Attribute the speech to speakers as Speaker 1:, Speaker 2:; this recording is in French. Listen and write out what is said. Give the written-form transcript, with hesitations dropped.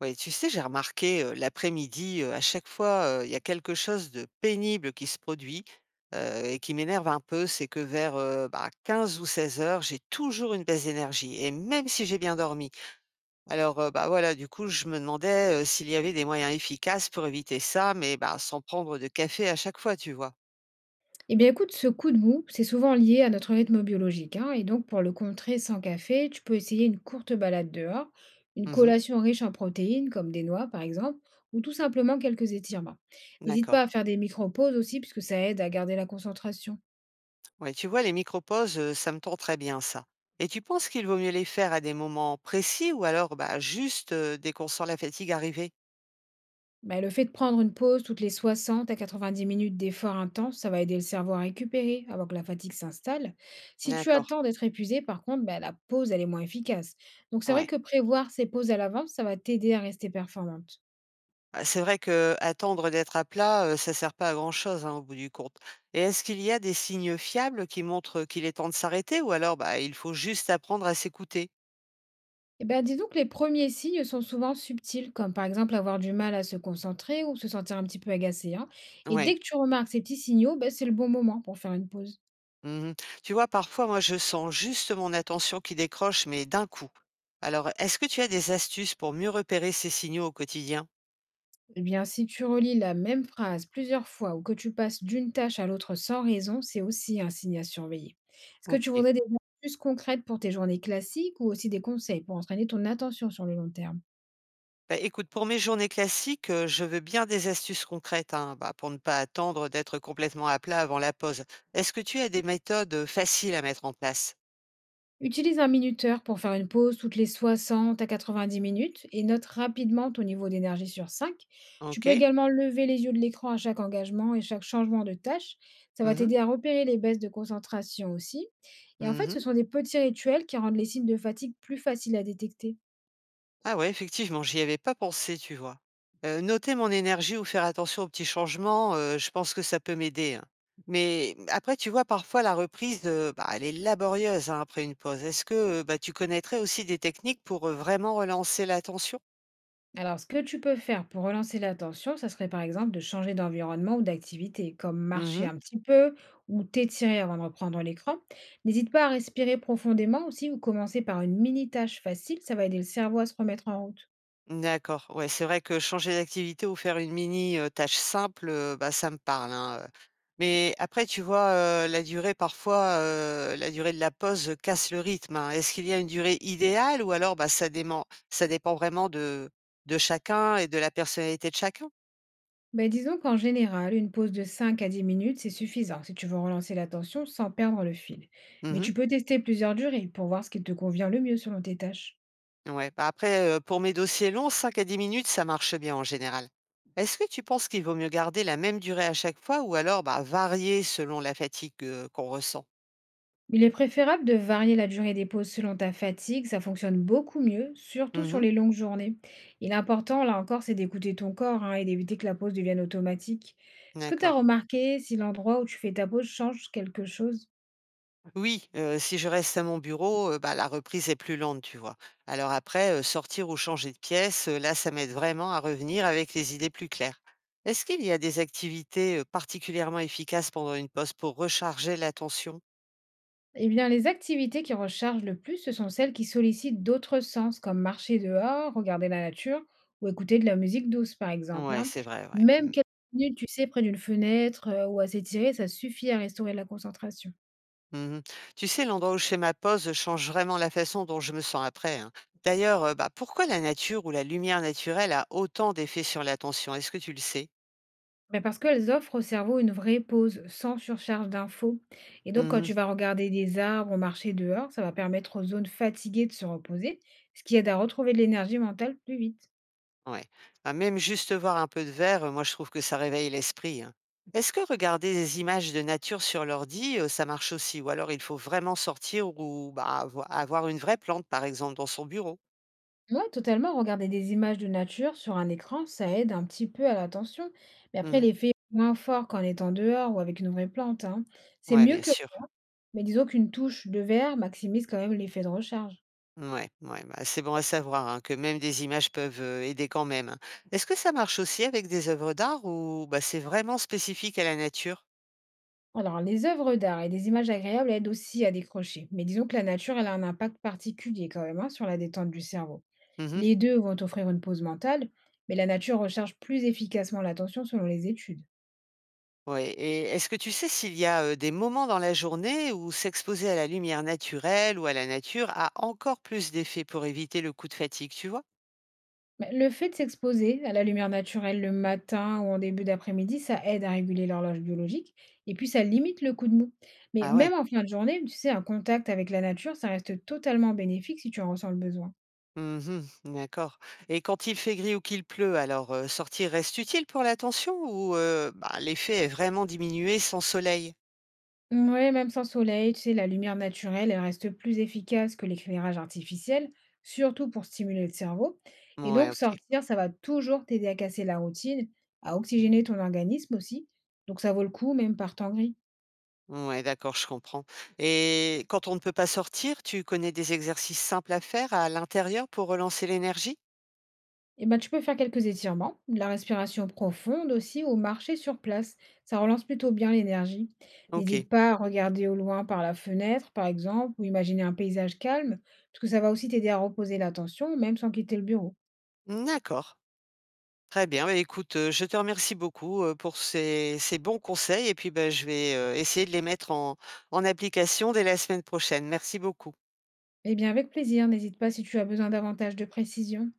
Speaker 1: Ouais, tu sais, j'ai remarqué l'après-midi, à chaque fois, il y a quelque chose de pénible qui se produit et qui m'énerve un peu. C'est que vers 15 ou 16 heures, j'ai toujours une baisse d'énergie, et même si j'ai bien dormi. Alors, voilà, du coup, je me demandais s'il y avait des moyens efficaces pour éviter ça, mais bah, sans prendre de café à chaque fois, tu vois.
Speaker 2: Eh bien, écoute, ce coup de mou, c'est souvent lié à notre rythme biologique, hein, et donc, pour le contrer sans café, tu peux essayer une courte balade dehors, une
Speaker 1: Mhm,
Speaker 2: collation riche en protéines, comme des noix par exemple, ou tout simplement quelques étirements. N'hésite pas à
Speaker 1: d'accord.
Speaker 2: faire des micro-pauses aussi, puisque ça aide à garder la concentration.
Speaker 1: Ouais, tu vois, les micro-pauses, ça me tend très bien, ça. Et tu penses qu'il vaut mieux les faire à des moments précis ou alors bah, juste dès qu'on sent la fatigue arriver?
Speaker 2: Bah, le fait de prendre une pause toutes les 60 à 90 minutes d'effort intense, ça va aider le cerveau à récupérer avant que la fatigue s'installe. Si tu
Speaker 1: D'accord,
Speaker 2: attends d'être épuisé, par contre, bah, la pause, elle est moins efficace. Donc c'est vrai
Speaker 1: ouais.
Speaker 2: que prévoir ces pauses à l'avance, ça va t'aider à rester performante.
Speaker 1: Bah, c'est vrai que attendre d'être à plat, ça sert pas à grand-chose, hein, au bout du compte. Et est-ce qu'il y a des signes fiables qui montrent qu'il est temps de s'arrêter ou alors, bah, il faut juste apprendre à s'écouter?
Speaker 2: Eh ben, disons que les premiers signes sont souvent subtils, comme par exemple avoir du mal à se concentrer ou se sentir un petit peu agacé, hein. Et
Speaker 1: Ouais.
Speaker 2: dès que tu remarques ces petits signaux, ben, c'est le bon moment pour faire une pause.
Speaker 1: Mmh. Tu vois, parfois, moi, je sens juste mon attention qui décroche, mais d'un coup. Alors, est-ce que tu as des astuces pour mieux repérer ces signaux au quotidien?
Speaker 2: Eh bien, si tu relis la même phrase plusieurs fois ou que tu passes d'une tâche à l'autre sans raison, c'est aussi un signe à surveiller. Est-ce que tu
Speaker 1: OK.
Speaker 2: voudrais des astuces concrètes pour tes journées classiques ou aussi des conseils pour entraîner ton attention sur le long terme?
Speaker 1: Bah, écoute, pour mes journées classiques, je veux bien des astuces concrètes, hein, bah, pour ne pas attendre d'être complètement à plat avant la pause. Est-ce que tu as des méthodes, faciles à mettre en place?
Speaker 2: Utilise un minuteur pour faire une pause toutes les 60 à 90 minutes et note rapidement ton niveau d'énergie sur 5. Tu peux
Speaker 1: OK.
Speaker 2: également lever les yeux de l'écran à chaque engagement et chaque changement de tâche. Ça va
Speaker 1: Mmh mh.
Speaker 2: t'aider à repérer les baisses de concentration aussi. Et en fait, ce
Speaker 1: Mmh.
Speaker 2: sont des petits rituels qui rendent les signes de fatigue plus faciles à détecter.
Speaker 1: Ah ouais, effectivement, j'y avais pas pensé, tu vois? Noter mon énergie ou faire attention aux petits changements, je pense que ça peut m'aider, hein. Mais après, tu vois, parfois la reprise, bah, elle est laborieuse, hein, après une pause. Tu connaîtrais aussi des techniques pour, vraiment relancer l'attention?
Speaker 2: Alors, ce que tu peux faire pour relancer l'attention, ça serait par exemple de changer d'environnement ou d'activité, comme marcher
Speaker 1: Mmh.
Speaker 2: un petit peu ou t'étirer avant de reprendre l'écran. N'hésite pas à respirer profondément aussi ou commencer par une mini tâche facile, ça va aider le cerveau à se remettre en route.
Speaker 1: D'accord, ouais, c'est vrai que changer d'activité ou faire une mini, tâche simple, ça me parle, hein. Mais après tu vois, la durée parfois, la durée de la pause, casse le rythme, hein. Est-ce qu'il y a une durée idéale ou alors, bah, ça dépend vraiment de chacun et de la personnalité de chacun?
Speaker 2: Ben, disons qu'en général, une pause de 5 à 10 minutes, c'est suffisant si tu veux relancer l'attention sans perdre le fil. Mais
Speaker 1: Mmh.
Speaker 2: tu peux tester plusieurs durées pour voir ce qui te convient le mieux selon tes tâches.
Speaker 1: Ouais, bah, après, pour mes dossiers longs, 5 à 10 minutes, ça marche bien en général. Est-ce que tu penses qu'il vaut mieux garder la même durée à chaque fois ou alors, bah, varier selon la fatigue, qu'on ressent?
Speaker 2: Il est préférable de varier la durée des pauses selon ta fatigue, ça fonctionne beaucoup mieux, surtout sur
Speaker 1: Mmh.
Speaker 2: les longues journées. Et l'important, là encore, c'est d'écouter ton corps, hein, et d'éviter que la pause devienne automatique. Est-ce que tu as
Speaker 1: D'accord.
Speaker 2: remarqué si l'endroit où tu fais ta pause change quelque chose?
Speaker 1: Oui, si je reste à mon bureau, bah, la reprise est plus lente, tu vois? Alors après, sortir ou changer de pièce, là, ça m'aide vraiment à revenir avec les idées plus claires. Est-ce qu'il y a des activités, particulièrement efficaces pendant une pause pour recharger l'attention?
Speaker 2: Eh bien, les activités qui rechargent le plus, ce sont celles qui sollicitent d'autres sens, comme marcher dehors, regarder la nature ou écouter de la musique douce, par exemple,
Speaker 1: Ouais,
Speaker 2: hein.
Speaker 1: c'est vrai, ouais.
Speaker 2: Même
Speaker 1: Mmh.
Speaker 2: quelques minutes, tu sais, près d'une fenêtre ou à s'étirer, ça suffit à restaurer la concentration.
Speaker 1: Mmh. Tu sais, l'endroit où je fais ma pause, change vraiment la façon dont je me sens après, hein. D'ailleurs, pourquoi la nature ou la lumière naturelle a autant d'effets sur l'attention? Est-ce que tu le sais?
Speaker 2: Mais parce qu'elles offrent au cerveau une vraie pause, sans surcharge d'infos. Et donc, quand
Speaker 1: Mmh.
Speaker 2: tu vas regarder des arbres ou marcher dehors, ça va permettre aux zones fatiguées de se reposer, ce qui aide à retrouver de l'énergie mentale plus vite.
Speaker 1: Ouais. Bah, même juste voir un peu de vert, moi je trouve que ça réveille l'esprit, hein. Est-ce que regarder des images de nature sur l'ordi, ça marche aussi? Ou alors il faut vraiment sortir ou bah, avoir une vraie plante par exemple dans son bureau?
Speaker 2: Oui, totalement. Regarder des images de nature sur un écran, ça aide un petit peu à l'attention. Mais après,
Speaker 1: Mmh.
Speaker 2: l'effet est moins fort qu'en étant dehors ou avec une vraie plante, hein. C'est
Speaker 1: Ouais,
Speaker 2: mieux
Speaker 1: bien
Speaker 2: que...
Speaker 1: sûr.
Speaker 2: Mais disons qu'une touche de verre maximise quand même l'effet de recharge.
Speaker 1: Ouais, ouais, bah, c'est bon à savoir, hein, que même des images peuvent, aider quand même, hein. Est-ce que ça marche aussi avec des œuvres d'art ou bah, c'est vraiment spécifique à la nature?
Speaker 2: Alors, les œuvres d'art et des images agréables aident aussi à décrocher. Mais disons que la nature, elle a un impact particulier quand même, hein, sur la détente du cerveau.
Speaker 1: Mmh.
Speaker 2: Les deux vont offrir une pause mentale, mais la nature recharge plus efficacement l'attention selon les études.
Speaker 1: Ouais, et est-ce que tu sais s'il y a, des moments dans la journée où s'exposer à la lumière naturelle ou à la nature a encore plus d'effet pour éviter le coup de fatigue, tu vois?
Speaker 2: Mais le fait de s'exposer à la lumière naturelle le matin ou en début d'après-midi, ça aide à réguler l'horloge biologique et puis ça limite le coup de mou. Mais
Speaker 1: Ah
Speaker 2: même
Speaker 1: ouais.
Speaker 2: en fin de journée, tu sais, un contact avec la nature, ça reste totalement bénéfique si tu en ressens le besoin.
Speaker 1: Mmh. D'accord. Et quand il fait gris ou qu'il pleut alors, sortir reste utile pour l'attention ou, bah, l'effet est vraiment diminué sans soleil?
Speaker 2: Ouais, même sans soleil, tu sais, la lumière naturelle, elle reste plus efficace que l'éclairage artificiel, surtout pour stimuler le cerveau. Et
Speaker 1: Ouais,
Speaker 2: donc,
Speaker 1: OK.
Speaker 2: sortir, ça va toujours t'aider à casser la routine, à
Speaker 1: Mmh.
Speaker 2: oxygéner ton organisme aussi. Donc, ça vaut le coup, même par temps gris.
Speaker 1: Ouais, d'accord, je comprends. Et quand on ne peut pas sortir, tu connais des exercices simples à faire à l'intérieur pour relancer l'énergie?
Speaker 2: Et ben, tu peux faire quelques étirements, de la respiration profonde aussi, ou marcher sur place. Ça relance plutôt bien l'énergie.
Speaker 1: OK.
Speaker 2: N'hésite pas à regarder au loin par la fenêtre, par exemple, ou imaginer un paysage calme, parce que ça va aussi t'aider à reposer l'attention, même sans quitter le bureau.
Speaker 1: D'accord. Très bien, bah, écoute, je te remercie beaucoup, pour ces bons conseils et puis, bah, je vais, essayer de les mettre en application dès la semaine prochaine. Merci beaucoup.
Speaker 2: Eh bien, avec plaisir, n'hésite pas si tu as besoin davantage de précision.